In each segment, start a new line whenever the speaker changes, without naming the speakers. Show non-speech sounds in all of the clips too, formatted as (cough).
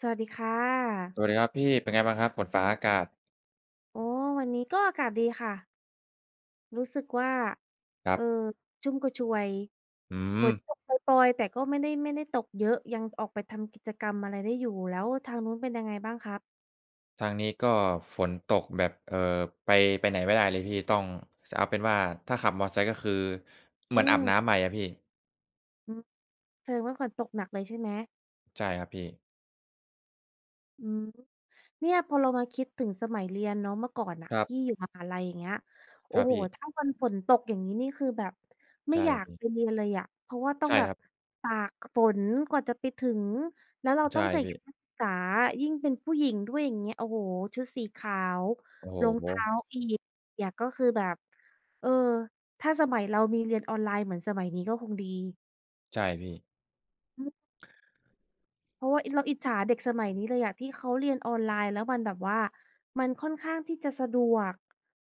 สวัสดีค่ะ
สวัสดีครับพี่เป็นไงบ้างครับฝนฟ้าอากาศ
โอ้วันนี้ก็อากาศดีค่ะ รู้สึกว่า
ครั
เออ
บ
ชุ่มกระชวย
อื
ฝ
ม
นตกปรอยๆแต่ก็ไม่ได้ตกเยอะ ยังออกไปทำกิจกรรมอะไรได้อยู่แล้วทางนู้นเป็นยังไงบ้างครับ
ทางนี้ก็ฝนตกแบบไปไปไหนไม่ได้เลยพี่ต้องเอาเป็นว่าถ้าขับมอเตอร์ไซค์ก็คือเหมื
อื
อนอาบน้ำ
ม
ใหม่อะพี่
อืมแสดงว่าฝนตกหนักเลยใช่ไหม
ใช่ครับพี่
อืม เนี่ยพอเรามาคิดถึงสมัยเรียนเนาะเมื่อก่อนน่ะ
ครับ
พี่อยู่มหาลัยอย่างเงี้ย
ค
โอ้
รับ
โฮ
พี่
ถ้าวันฝนตกอย่างงี้นี่คือแบบไม่
ใช่
อยาก
พี่
ไปเรียนเลยอะเพราะว่าต้อง
ใช่
แบ
ค
บ
รับ
ตากฝนกว่าจะไปถึงแล้วเราต้อ
ใช่
งใส่
พี่
ชุดนักศึกษายิ่งเป็นผู้หญิงด้วยอย่างเงี้ยโอ้โฮชุดสีขาว
โอ้
รอง
โฮ
เท้าอีกอยากก็คือแบบเออถ้าสมัยเรามีเรียนออนไลน์เหมือนสมัยนี้ก็คงดี
ใช่พี่
อืม เพราะว่าเราอิจฉาเด็กสมัยนี้เลยอะที่เขาเรียนออนไลน์แล้วมันแบบว่ามันค่อนข้างที่จะสะดวก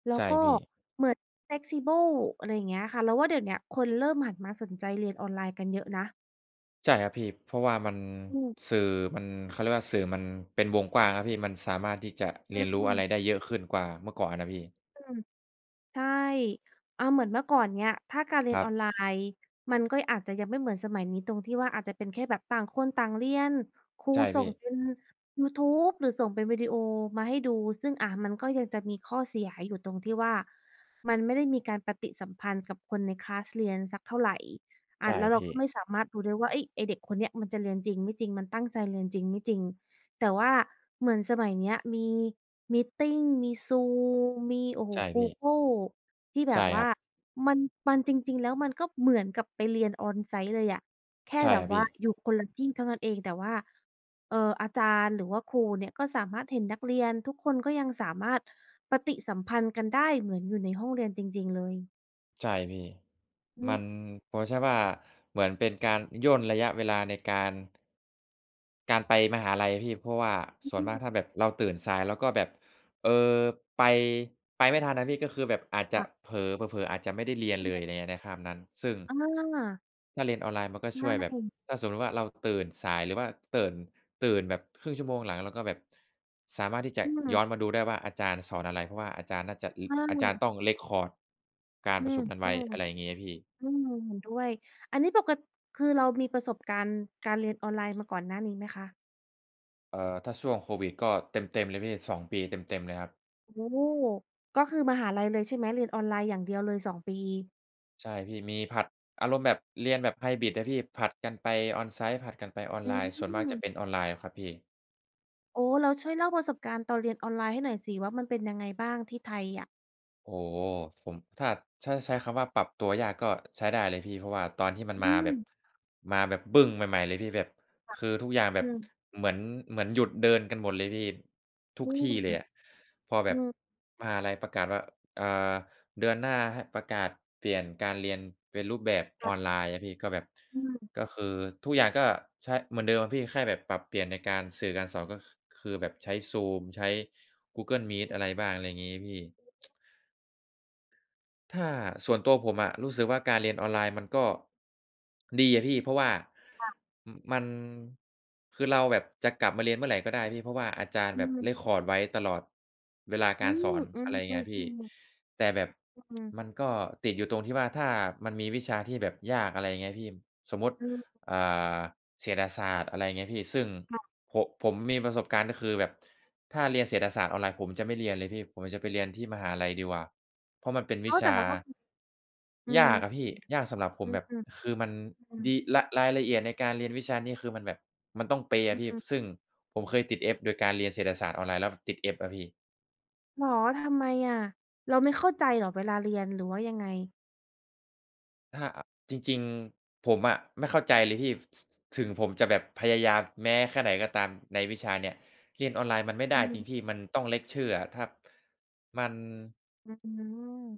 แล้ว
ใช่
ก็
พี่
เหมือน flexible อะไรอย่างเงี้ยค่ะเราว่าเดี๋ยวเนี้ยคนเริ่มหันมาสนใจเรียนออนไลน์กันเยอะนะ
ใช่ครับพี่เพราะว่ามัน
อืม
สื่อมันเขาเรียกว่าสื่อมันเป็นวงกว้างครับพี่มันสามารถที่จะเรี
อื
ยนรู้
ม
อะไรได้เยอะขึ้นกว่าเมื่อก่อนนะพี่
อืม ใช่อาเหมือนเมื่อก่อนเนี้ยถ้าการเรี
ค
ยน
รั
อ
บ
อนไลน์มันก็อาจจะยังไม่เหมือนสมัยนี้ตรงที่ว่าอาจจะเป็นแค่แบบต่างคนต่างเรียนครู
ใช่
ส่ง
พี่
เป็นยูทูบหรือส่งเป็นวิดีโอมาให้ดูซึ่งอามันก็ยังจะมีข้อเสียอยู่ตรงที่ว่ามันไม่ได้มีการปฏิสัมพันธ์กับคนในคลาสเรียนสักเท่าไรอา
ใช่
แล้วเรา
พี่
ก็ไม่สามารถดูได้ว่าเฮ้ยไอ้เด็กคนเนี้ยมันจะเรียนจริงไม่จริงมันตั้งใจเรียนจริงไม่จริง แต่ว่าเหมือนสมัยเนี้ยมีมีตติ้งมี Zoom มีโอ้โฮ
ใช่พี่
Google ที่แบ
ใช่
บ
ครั
ว่า
บ
มันจริงๆแล้วมันก็เหมือนกับไปเรียน on-site เลยอะแค่
ใช่
แบ
ครั
บ
บ
ว่า
พี่
อยู่คนละที่เท่านั้นเองแต่ว่าอาจารย์หรือว่าครูเนี่ยก็สามารถเห็นนักเรียนทุกคนก็ยังสามารถปฏิสัมพันธ์กันได้เหมือนอยู่ในห้องเรียนจริงๆเลย
ใช่พี่
อื
มั
ม
นผมใช่ว่าเหมือนเป็นการย่นระยะเวลาในการไปมหาลัยพี่เพราะว่าส่วนมากถ้าแบบเราตื่นสายแล้วก็แบบ เออไปไปไม่ทันนะพี่ก็คือแบบอาจจะ
ค่ะ
เผลอๆอาจจะไม่ได้เรียน
ก็
เล
แบ
ยอะ
บ
ไรเงี้ยในคาบนั้นซึ่ง
อา
ถ้าเรียนออนไลน์มันก็
ใช
ช่วยแบบ
่
ถ้าสมมุติว่าเราตื่นสายหรือว่าตื่นตื่นแบบครึ่งชั่วโมงหลังเราก็แบบสามารถที่จะ
อืม
ย้อนมาดูได้ว่าอาจารย์สอนอะไรเพราะว่าอาจารย์น่าจะ
อ
อาจารย์
า
ต้อง record การประ
อื้
ชุมนั้นไว้อะไรอ
ๆ
ย่างงี้อะพี่
อืมเห็นด้วยอันนี้คือเรามีประสบการณ์การเรียนออนไลน์มาก่อนหน้านี้ไหมคะ
ถ้าช่วงโควิดก็เต็มๆเลยพี่2ปีเต็มๆเลยครับ
โอ้โฮก็คือมหาลัยเลยใช่ไหมเรียนออนไลน์อย่างเดียวเลยสองปี
ใช่พี่มีผลัดอารมณ์แบบเรียนแบบไฮบริดอะพี่ผลัดกันไป On-site ผลัดกันไปออน
อื
ไลน์ส่วนมากจะ
ม
เป็นออนไลน์ครับพี่
โอ้แล้วช่วยเล่าประสบการณ์ตอนเรียนออนไลน์ให้หน่อยสิว่ามันเป็นยังไงบ้างที่ไทยอะ
โอ้โฮผมถ้าใช้คำว่าปรับตัวยากก็ใช้ได้เลยพี่เพราะว่าตอนที่มัน
อื
มาแบ
ม
บมาแบบบึ้งใหม่ๆเลยพี่แบบคือทุกอย่างแบ
อื
บ
ม
เหมือนเหมือนหยุดเดินกันหมดเลยพี่ทุก
อืม
ที่เลยอะพอแบ
อื
บ
ม
มหาลัยประกาศว่าอ่าเดือนหน้าให้ประกาศเปลี่ยนการเรียนเป็นรูปแบบออน
ค่ะ
ไลน์อะพี่ก็แบบ
อืม
ก็คือทุกอย่างก็ใช้เหมือนเดิมอะพี่แค่แบบปรับเปลี่ยนในการสื่อการสอนก็คือแบบใช้ Zoom ใช้ Google Meet
อือ
อะไรบ้างอะไรงี้พี่ ถ้าส่วนตัวผมอะรู้สึกว่าการเรียนออนไลน์มันก็ดีอะพี่เพราะว่า
ค่ะ
มมันคือเราแบบจะกลับมาเรียนเมื่อไหร่ก็ได้พี่เพราะว่าอาจารย์
อื
แบบเร
ม
คคอร์ดไว้ตลอดเวลา
อื
การสอ
ม
น
อื
อะไรอย่างเงี้
อ
ย
ๆ
พี่แต่แบบ
ๆอื
มันก็ติดอยู่ตรงที่ว่าถ้ามันมีวิชาที่แบบยากอะไรอย่างเงี้ยพี่สมมุติ
อืม
อ่าเศรษฐศาสตร์อะไรอย่างเงี้ยพี่ซึ่ง
ค่ะ
ผผมมีประสบการณ์ก็คือแบบถ้าเรียนเศรษฐศาสตร์ออนไลน์ผมจะไม่เรียนเลยพี่ผมจะไปเรียนที่มหาลัยดีกว่า เพราะมันเป็นวิ
อ้าวแต่
ชา
เราก็คืออืม
ยากอะพี่ยากสำหรับผม
อือ
แบบ
อือ
คือมัน
อ
รายละเอียดในการเรียนวิชานี้คือมันแบบมันต้องเป๊ะอะพี่
ือ
ซึ่งผมเคยติด F โดยการเรียนเศรษฐศาสตร์ออนไลน์แล้วติด F อะพี่
เหรอทำไมอะเราไม่เข้าใจเหรอเวลาเรียนหรือว่ายังไง
ถ้าอจริงๆผมอะไม่เข้าใจเลยพี่สถึงผมจะแบบพยายามแม้แค่ไหนก็ตามในวิชาเนี่ยเรียนออนไลน์มันไม่
อื
ได้จริ
ม
งพี่มันต้องเลกเชอร์อะถ้ามัน
อืม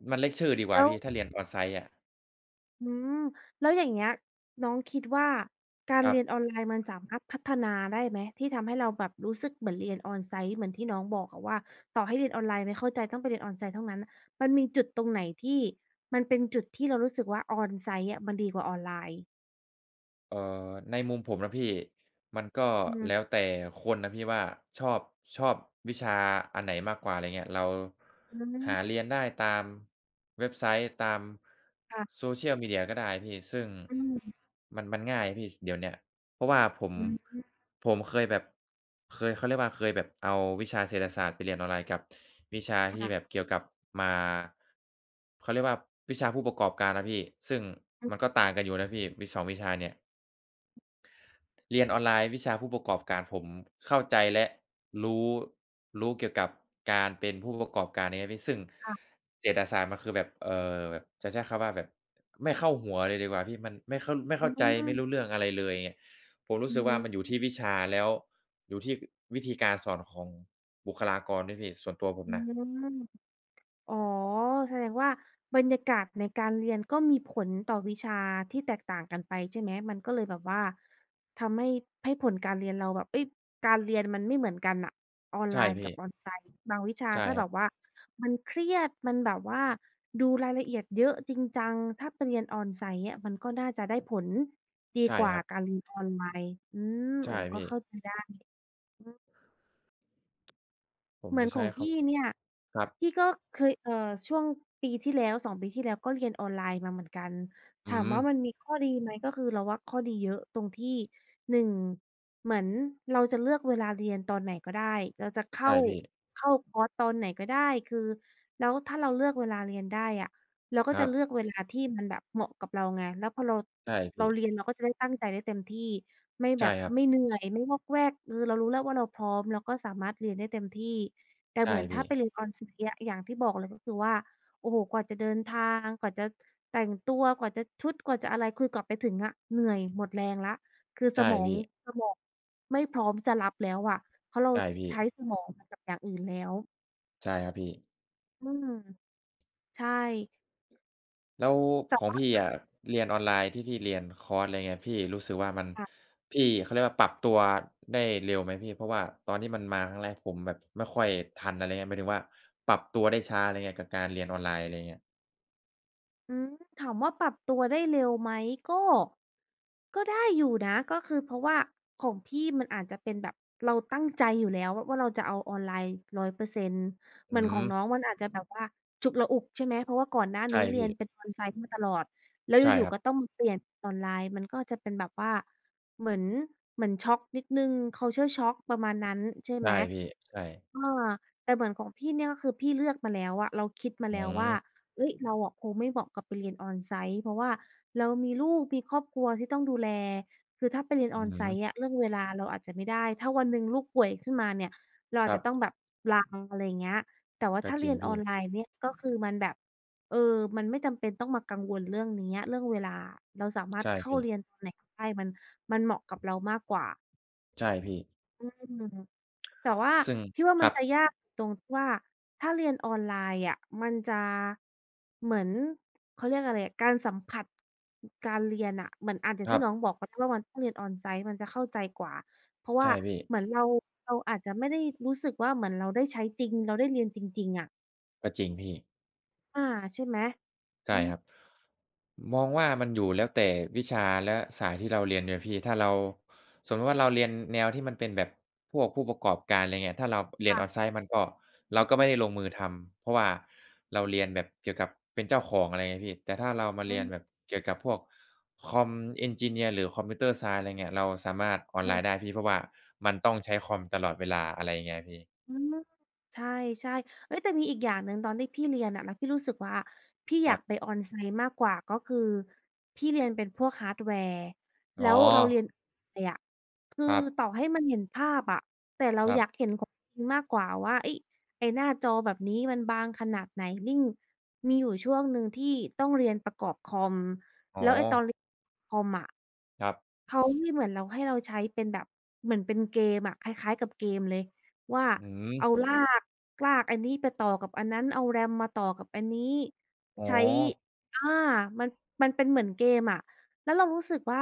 มันเลกเชอร์ดีกว่า
แล้ว
พี่ถ้าเรียน on-site อะ
อืมแล้วอย่างเงี้ยน้องคิดว่าการ
ครั
เรียนอ
บ
อนไลน์มันสามารถพัฒนาได้ไหมที่ทำให้เราแบบรู้สึกเหมือนเรียน on-site เหมือนที่น้องบอกอะว่าต่อให้เรียนออนไลน์ไม่เข้าใจต้องไปเรียน on-site เท่านั้นมันมีจุดตรงไหนที่มันเป็นจุดที่เรารู้สึกว่า on-site อะมันดีกว่าออนไลน์
ในมุมผมนะพี่มันก็
อืม
แล้วแต่คนนะพี่ว่าชอบชอบวิชาอันไหนมากกว่าอะไรเงี้ยเรา
อื
หา
ม
เรียนได้ตามเว็บไซต์ตาม
ค่ะ
Social Media ก็ได้พี่ซึ่ง
อืม
มันง่ายพี่สเดี๋ยวเนี้ยเพราะว่า
อืม
ผมเคยแบบเคยเขาเรียกว่าเคยแบบเอาวิชาเศรษฐศาสตร์ไปเรียนออนไลน์กับวิชาที่แบบ
ค่ะ
เกี่ยวกับมาเขาเรียกว่าวิชาผู้ประกอบการนะพี่ซึ่ง
อืม
มันก็ต่างกันอยู่นะพี่วิสองวิชาเนี่ย เรียนออนไลน์วิชาผู้ประกอบการผมเข้าใจและรู้รู้เกี่ยวกับการเป็นผู้ประกอบการเนี่ยครับพี่ซึ่ง
ค่ะ
เศรษฐศาสตร์มันคือแบบแบบจะใช้คำว่าแบบไม่เข้าหัวเลยดีกว่าพี่มันไม่
อื
เข้าใจไม่รู้
ม
เรื่องอะไรเลยอย่างเงี้ยผมรู้
อื
สึกว่า
ม
มันอยู่ที่วิชาแล้วอยู่ที่วิธีการสอนของบุคลากรด้วยพี่ส่วนตัวผม
อื
นะ
ม อ๋อแสดงว่าบรรยากาศในการเรียนก็มีผลต่อวิชาที่แตกต่างกันไปใช่ไหมมันก็เลยแบบว่าทำให้ผลการเรียนเราแบบเฮ้ยการเรียนมันไม่เหมือนกันน่ะออนไล
ใช่
น์กั
พี่
บ on-site บางวิชา
ใช่
ถ้า
ค
แบ
รับ
บว่ามันเครียดมันแบบว่าดูรายละเอียดเยอะจริงจังถ้าไปเรียน on-site เนี่ยมันก็น่าจะได้ผลดี
ใช่
ก
ค
ว่า
รับ
การเรียนออนไลน์อืมโอ้
ใช่
ก็
พี่
เข้าใจได้
ผม
เหมือ
จะ
นขอ
ใช้
ง
ค
พี่เนี่ย
ำครับ
พี่ก็เคยช่วงปีที่แล้ว2 ปีที่แล้วก็เรียนออนไลน์มาเหมือนกันถา
อื
ม
ม
ว่ามันมีข้อดีไหมก็คือเราว่าข้อดีเยอะตรงที่หนึ่งเหมือนเราจะเลือกเวลาเรียนตอนไหนก็ได้เราจะ
ใช่พี่
เข้าคอร์สตอนไหนก็ได้คือแล้วถ้าเราเลือกเวลาเรียนได้อะเราก็
ค
จะ
รับ
เลือกเวลาที่มันแบบเหมาะกับเราไงแล้วพอ
ใช่พี่
เราเรียนเราก็จะได้ตั้งใจได้เต็มที่ไม่แบ
ใช่
บ
ครับ
ไม่เหนื่อยไม่วอกแวกเออเรารู้แล้วว่าเราพร้อมเราก็สามารถเรียนได้เต็มที่ แต่เห
ใช่
มือนถ้า
พี่
ไปเรียนออนไซต์อะอย่างที่บอกเลยก็คือว่าโอ้โฮกว่าจะเดินทางกว่าจะแต่งตัวกว่าจะชุดกว่าจะอะไรคือกว่าไปถึงอะเหนื่อยหมดแรงแล้วคือส
ใช่
มอง
พี่
สมองไม่พร้อมจะรับแล้วอะเพราะเรา
ใช่พี่
ใช้สมองไปกับอย่างอื่นแล้ว
ใช่ครับพี่
อืมใช่
แล้วข
แต่
อง
ว่า
พี่อะเรียนออนไลน์ที่พี่เรียนคอร์สอะไรเงี้ยพี่รู้สึกว่ามันพี่เขาเรียกว่าปรับตัวได้เร็วไหมพี่เพราะว่าตอนที่มันมาครั้งแรกผมแบบไม่ค่อยทันอะไรเงี้ยหมายถึงว่าปรับตัวได้ช้าอะไรเงี้ยกับการเรียนออนไลน์อะไรเงี้ย
อืมถามว่าปรับตัวได้เร็วไหมก็ก็ได้อยู่นะก็คือเพราะว่าของพี่มันอาจจะเป็นแบบเราตั้งใจอยู่แล้วว่าเราจะเอาออนไลน์100%เปอร์เซ็นต์เหมื
อื
อนขอ
ม
งน้องมันอาจจะแบบว่าฉุกละอุกใช่ไหมเพราะว่าก่อนหน้า
ใช่
นี้เรี
พี่
ยนเป็น o n ไซ มาตลอดแล้ว
ใช่
อยู่
ครั
ๆ
บ
ก็ต้องมาเปลี่ยนออนไลน์มันก็จะเป็นแบบว่าเหมือนเหมือนช็อกนิดหนึ่ง culture shock ประมาณนั้นใช่
ใช่
ไหม
พี่ใช่
เออแต่เหมือนของพี่เนี่ยก็คือพี่เลือกมาแล้วอะเราคิดมา
อื
แล้ว
ม
ว่า เอ้ยเราอะคงไม่เหมาะกับไปเรียน on-site เพราะว่าเรามีลูกมีครอบครัวที่ต้องดูแลคือถ้าไปเรียน
อือฮึ
on-site อะเรื่องเวลาเราอาจจะไม่ได้ถ้าวันหนึ่งลูกป่วยขึ้นมาเนี่ยเรา
ค
อาจ
รับ
จะต้องแบบลาอะไรอย่างเงี้ยแต่ว่า
ก็
ถ้า
จริ
เรี
ง
ยนออ
พี่
นไลน์เนี่ยก็คือมันแบบเออมันไม่จำเป็นต้องมากังวลเรื่องเนี้ยเรื่องเวลาเราสามารถ
ใช่
เข้า
พี่
เรียนตอนไหนก็ได้มันเหมาะกับเรามากกว่า
ใช่พี่
อืม แต่ว่า
ซึ่ง
พี่ว่า
ค
มั
รั
น
บ
จะยากตรงที่ว่าถ้าเรียนออนไลน์อะมันจะเหมือนเขาเรียกอะไรอะการสัมผัสการเรียนน่ะเหมือนอาอย่า
ค
ง
รั
ที่น้อง
บ
บอกกคือว่ามันต้องเรียน on-site มันจะเข้าใจกว่าเพราะว่า
ใช่พี่
เหมือนเราอาจจะไม่ได้รู้สึกว่าเหมือนเราได้ใช้จริงเราได้เรียนจริงๆอะ
ก็จริงพี่
อาใช่ไหม
ใช่
อืม
ครับมองว่ามันอยู่แล้วแต่วิชาและสายที่เราเรียนด้วยพี่ถ้าเราสมมุติว่าเราเรียนแนวที่มันเป็นแบบพวกผู้ประกอบการอะไรเงี้ยถ้าเราเรียน
ค่ะ
on-site มันก็เรา
อื
ก็ไม่ได้ล
ม
งมือทำเพราะว่าเราเรียนแบบเกี่ยวกับเป็นเจ้าของอะไรเงี้ยพี่แต่ถ้าเรามา
อื
เรียนแบบ
ม
เกี่ยวกับพวกคอมเอนจิเนียร์หรือคอมพิวเตอร์ไซน์อะไรเงี้ยเราสามารถออน
เอ
ไล
อ
น์ได้พี่เพราะว่ามันต้องใช้คอมตลอดเวลาอะไรอย่างเงี้ยพี่
อืมใช่ๆเฮ้ยแต่มีอีกอย่างหนึ่งตอนที่พี่เรียนอะแล้วพี่รู้สึกว่าพี่
ค
อ
รั
ยาก
บ
ไป On-site มากกว่าก็คือพี่เรียนเป็นพวกฮาร์ดแวร์
อ๋
แล้
อ
วเราเรียนอะไรอะคือ
ครับ
ต่อให้มันเห็นภาพอะแต่เรา
ครั
อยากเห็
บ
นของจริงมากกว่าว่าเฮ้ยไอ้หน้าจอแบบนี้มันบางขนาดไหนยิ่งมีอยู่ช่วงหนึ่งที่ต้องเรียนประกอบคอม
อ๋
แล้
อ
วไอ้ตอนเรียนคอมอะ
ครับ
เขาให้เหมือนเราให้เราใช้เป็นแบบเหมือนเป็นเกมอะคล้ายๆกับเกมเลยว่า
อืม
เอาลากอันนี้ไปต่อกับอันนั้นเอา RAM มาต่อกับอันนี้
อ๋อ
ใช้อามันมันเป็นเหมือนเกมอะแล้วเรารู้สึกว่า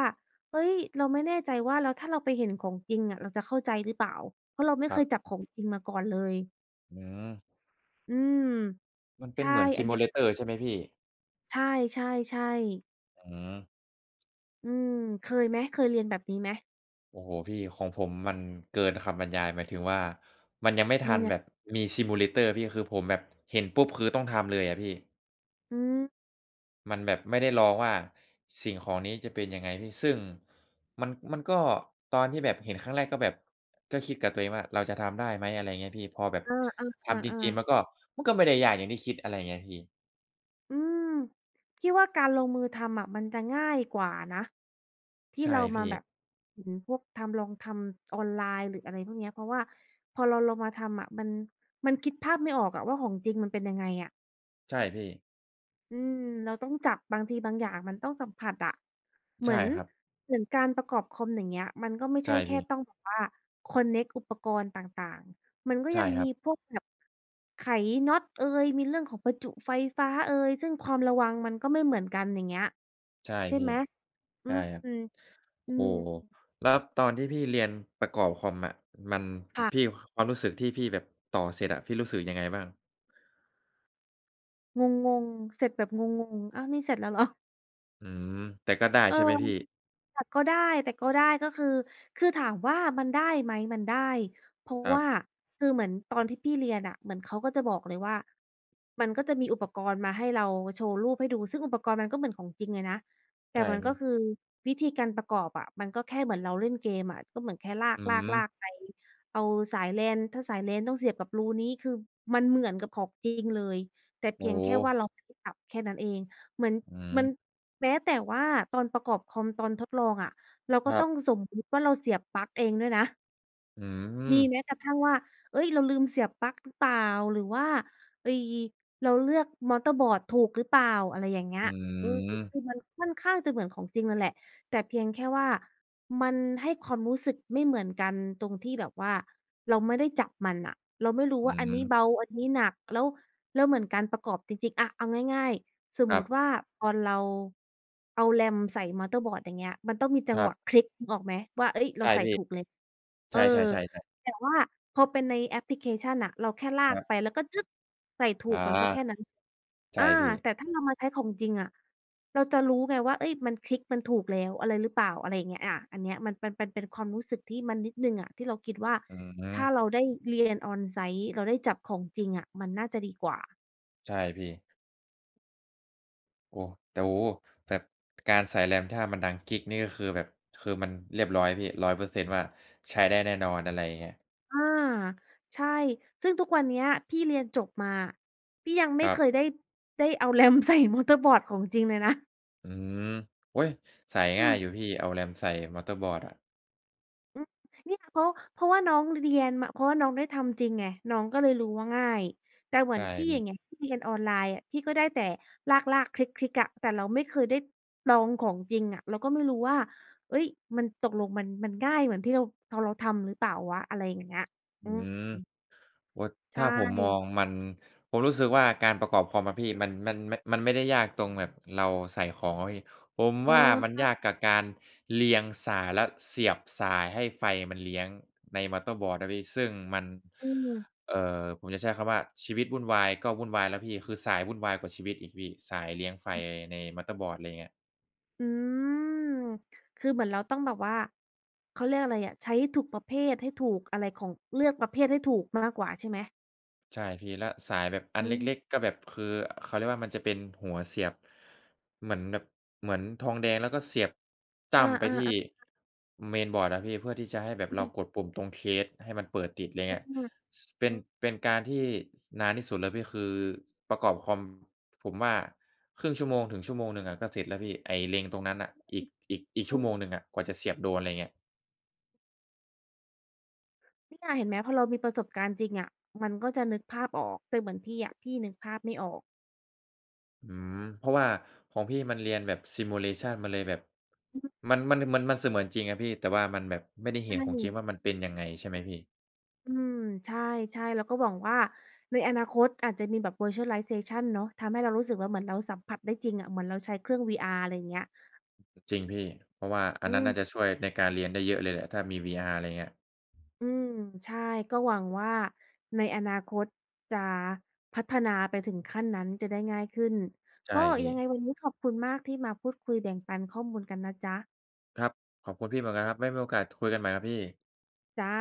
เฮ้ยเราไม่แน่ใจว่าแล้วถ้าเราไปเห็นของจริงอะเราจะเข้าใจหรือเปล่าเพราะเราไม่
ครั
เค
บ
ยจับของจริงมาก่อนเลย
อืม
อืม
มันเป็น
ใช่
เหมือน
อันเนี้ย
Simulator ใช่ไหมพี่
ใช่ๆๆ
อืม
อืม เคยไหมเคยเรียนแบบนี้ไหม
โอ้โฮพี่ของผมมันเกินคำบรรยายหมายถึงว่ามันยังไม่
มั
ทั
น
น
ยั
แบ
ง
บมี Simulator พี่คือผมแบบเห็นปุ๊บคือต้องทำเลยอะพี่
อืม
มันแบบไม่ได้ลองว่าสิ่งของนี้จะเป็นยังไงพี่ซึ่งมันก็ตอนที่แบบเห็นครั้งแรกก็แบบก็คิดกับตัวเองว่าเราจะทำได้ไหมอะไรเงี้ยพี่พอแบบ
อา
ทำจ
ๆ
ริง
ๆ
ๆ
ๆ
มันก็มันก็ไม่ได้ยากอย่างที่คิดอะไรเงี้ยพี่
อืมพี่ว่าการลงมือทำอ่ะมันจะง่ายกว่านะที่
ใช่
เรามา
พี่
แบบเห็นพวกทำลองทำออนไลน์หรืออะไรพวกเนี้ยเพราะว่าพอเราลงมาทำอ่ะมันคิดภาพไม่ออกอ่ะว่าของจริงมันเป็นยังไงอ่ะ
ใช่พี่
อืมเราต้องจับบางทีบางอย่างมันต้องสัมผัสอะเหมือ
ใช่
น
ครับ
เหมือนการประกอบคอมอย่างเงี้ยมันก็ไม่ใช่
ใช่
แค่
พี่
ต้องแบบว่าคอนเน็กต์อุปกรณ์ต่างๆมันก็ยั
ใช่
ง
ครั
มี
บ
พวกแบบไขน็อตเอยมีเรื่องของประจุไฟฟ้าเอยซึ่งความระวังมันก็ไม่เหมือนกันอย่างเงี้ย
ใช่
ใช่
พี่
ไหมอื
ใช่ครับ
มอื
โอ้โฮ
ม
แล้วตอนที่พี่เรียนประกอบคอมอะมัน
ค่ะ
พี่ความรู้สึกที่พี่แบบต่อเสร็จอะพี่รู้สึกยังไงบ้าง
งงๆเสร็จแบบงงๆอ้าวนี่เสร็จแล้วเหรอ
อืมแต่ก็ได้
เออ
ใช่ไหมพี่
แต่ก็ได้แต่ก็ได้ก็คือคือถามว่ามันได้ไหมมันได้เพราะ
ครับ
ว่าคือเหมือนตอนที่พี่เรียนอะเหมือนเขาก็จะบอกเลยว่ามันก็จะมีอุปกรณ์มาให้เราโชว์รูปให้ดูซึ่งอุปกรณ์มันก็เหมือนของจริงเลยนะแต่
ใช่
มันก็
พี่
คือวิธีการประกอบอะมันก็แค่เหมือนเราเล่นเกมอะก็เหมือนแค่ลา
อืม
กๆๆไปเอาสายเรนถ้าสายเรนต้องเสียบกับรูนี้คือมันเหมือนกับของจริงเลยแต่เพี
โอ้
ยง
โฮ
แค่ว่าเราไม่ได้สับแค่นั้นเองเหมือน
อื
มัน
ม
แม้แต่ว่าตอนประกอบคอมตอนทดลองอะเรา
ค
ก็
รั
ต้
บ
องสมมุติว่าเราเสียบปลั๊กเองด้วยนะ
อื
มี
ม
แม้กระทั่งว่าเฮ้ยเราลืมเสียบปลั๊กหรือเปล่าหรือว่าไอ้เราเลือกมัลเตอร์บอร์ดถูกหรือเปล่า อะไรอย่างเงี้ย
อื
อืมคือ
ม
มันค่อนข้างจะเหมือนของจริงนั่นแหละแต่เพียงแค่ว่า มันให้ความรู้สึกไม่เหมือนกันตรงที่แบบว่า เราไม่ได้จับมันน่ะเราไม่รู้
อื
ว่าอันนี้เบา
ม
อันนี้หนักแล้วแล้วเหมือนการประกอบจริงๆอะเอาง่ายๆสม
ครั
มุติว่า
บ
ตอนเราเอา RAM ใส่มัลเตอร์บอร์ดอย่างเงี้ยมันต้องมีจั
ค
ง
รั
หวะค
บ
ลิกนึกออกไหมว่าเฮ้ยเรา
ใช่
ใส่
พี่
ถูกเลยเอ
ใช
อ
่ๆๆๆ
แต่ว่าพอเป็นในแอปพลิเคชันน่ะเราแค่ลา
ค
ก
รั
ไป
บ
แล้วก็จึ๊กใส่ถู
อา
กมันก็แค่นั้น
ใช่
อา
พี่
แต่ถ้าเรามาใช้ของจริงอะเราจะรู้ไงว่าเฮ้ยมันคลิกมันถูกแล้วอะไรหรือเปล่าอะไรอย่างเงี้ยอาอันเนี้ยมันเป็นความรู้สึกที่มันนิดหนึ่งอะที่เราคิดว่า
อื
ถ้าเรา
ม
ได้เรียน on-site เราได้จับของจริงอะมันน่าจะดีกว่า
ใช่พี่ โอ้แต่โอ้โฮแบบการใส่แรมถ้ามันดังกิ๊กนี่ก็คือแบบคือมันเรียบร้อยพี่100%ว่าใช้ได้แน่นอนอะไรอย่างเงี้ย
อาใช่ซึ่งทุกวันเนี้ยพี่เรียนจบมาพี่ยัง
ค
ไม่
รั
เคย
บ
ได้เอา RAM (laughs) ใส่ motherboard ของจริงเลยนะ
อืมโอ๊ยใส่
อื
ง่าย
ม
อยู่พี่เอาแรมใส่ motherboard อะ
อืมเนี่ยเพราะว่าน้องเรียนมาเพราะว่าน้องได้ทำจริงไงน้องก็เลยรู้ว่าง่ายแต่เหมือ
ใช่
นพี่อย่างเงี้
พี่
ยพี่เรียนออนไลน์อะพี่ก็ได้แต่ลากๆคลิกๆอะแต่เราไม่เคยได้ลองของจริงอะเราก็ไม่รู้ว่าเฮ้ยมันตกลงมันง่ายเหมือนที่เราตอนเราทำหรือเปล่าวะอะไรอย่างเงี้ย
อื
อืม
ม โอ้
ใช
ถ้าผมมอง
่
มันผมรู้สึกว่าการประกอบคอมอะพี่มันไม่ได้ยากตรงแบบเราใส่ของอะพี่ผม
เอ
ว่ามัน
อ
ยากกับการเรียงสายและเสียบสายให้ไฟมันเลี้ยงใน motherboard อะพี่ซึ่งมัน
อืม
ผมจะใช้คำว่าชีวิตวุ่นวายก็วุ่นวายแล้วพี่คือสายวุ่นวายกว่าชีวิตอีกพี่สายเลี้ยงไฟใน motherboard อะไรเงี้ย
อืมคือเหมือนเราต้องแบบว่าเขาเรียกอะไรอะใช้ถูกประเภทให้ถูกอะไรของเลือกประเภทให้ถูกมากกว่าใช่ไหม
ใช่พี่แล้วสายแบบอัน
อื
เล็ก
ม
ๆก็แบบคือเขาเรียกว่ามันจะเป็นหัวเสียบเหมือนแบบเหมือนทองแดงแล้วก็เสียบ
อ
จ้ำไป
า
ที่
ๆ
Mainboard อะพี่เพื่อที่จะให้แบบเรา
อื
ก
ม
ดปุ่มตรงเคสให้มันเปิดติดไร
อื
เงี้ย
อ
สเป็น
อือ
เป็นการที่สนานที่สุดแล้วพี่คือประกอบคอมผมว่าครึ่งชั่วโมงถึงชั่วโมงหนึ่งอะก็เสร็จแล้วพี่ไอ้เล็งตรงนั้นน่ะอีกชั่วโมงหนึ่งอะกว่าจะเสียบโดนไรเงี้ย
เนี่ยเห็นไหมพอเรามีประสบการณ์จริงอะมันก็จะนึกภาพออกแต่เหมือนพี่อะพี่นึกภาพไม่ออก
อืมเพราะว่าของพี่มันเรียนแบบ simulation มันเลยแบบ
อืม
มันเสมือนจริงอะพี่แต่ว่ามันแบบไม่ได้เห็
ใช่
นของจริงว่ามันเป็นยังไงใช่ไหมพี่
อืมใช่ๆเราก็หวังว่าในอนาคตอาจจะมีแบบ virtualization เนาะทำให้เรารู้สึกว่าเหมือนเราสัมผัสได้จริงอะเหมือนเราใช้เครื่อง VR อะไรอย่างเงี้ย
จริงพี่เพราะว่าอัน
อื
นั้น
ม
น่าจะช่วยในการเรียนได้เยอะเลยแหละถ้ามี VR อะไรเงี้ย
อืมใช่ก็หวังว่าในอนาคตจะพัฒนาไปถึงขั้นนั้นจะได้ง่ายขึ้น
ใช่
ก็
พี่
ยังไงวันนี้ขอบคุณมากที่มาพูดคุยแบ่งปันข้อมูลกันนะจ๊ะ
ครับขอบคุณพี่เหมือนกันครับไว้มีโอกาสคุยกันใหม่ครับพี่
จ้ะ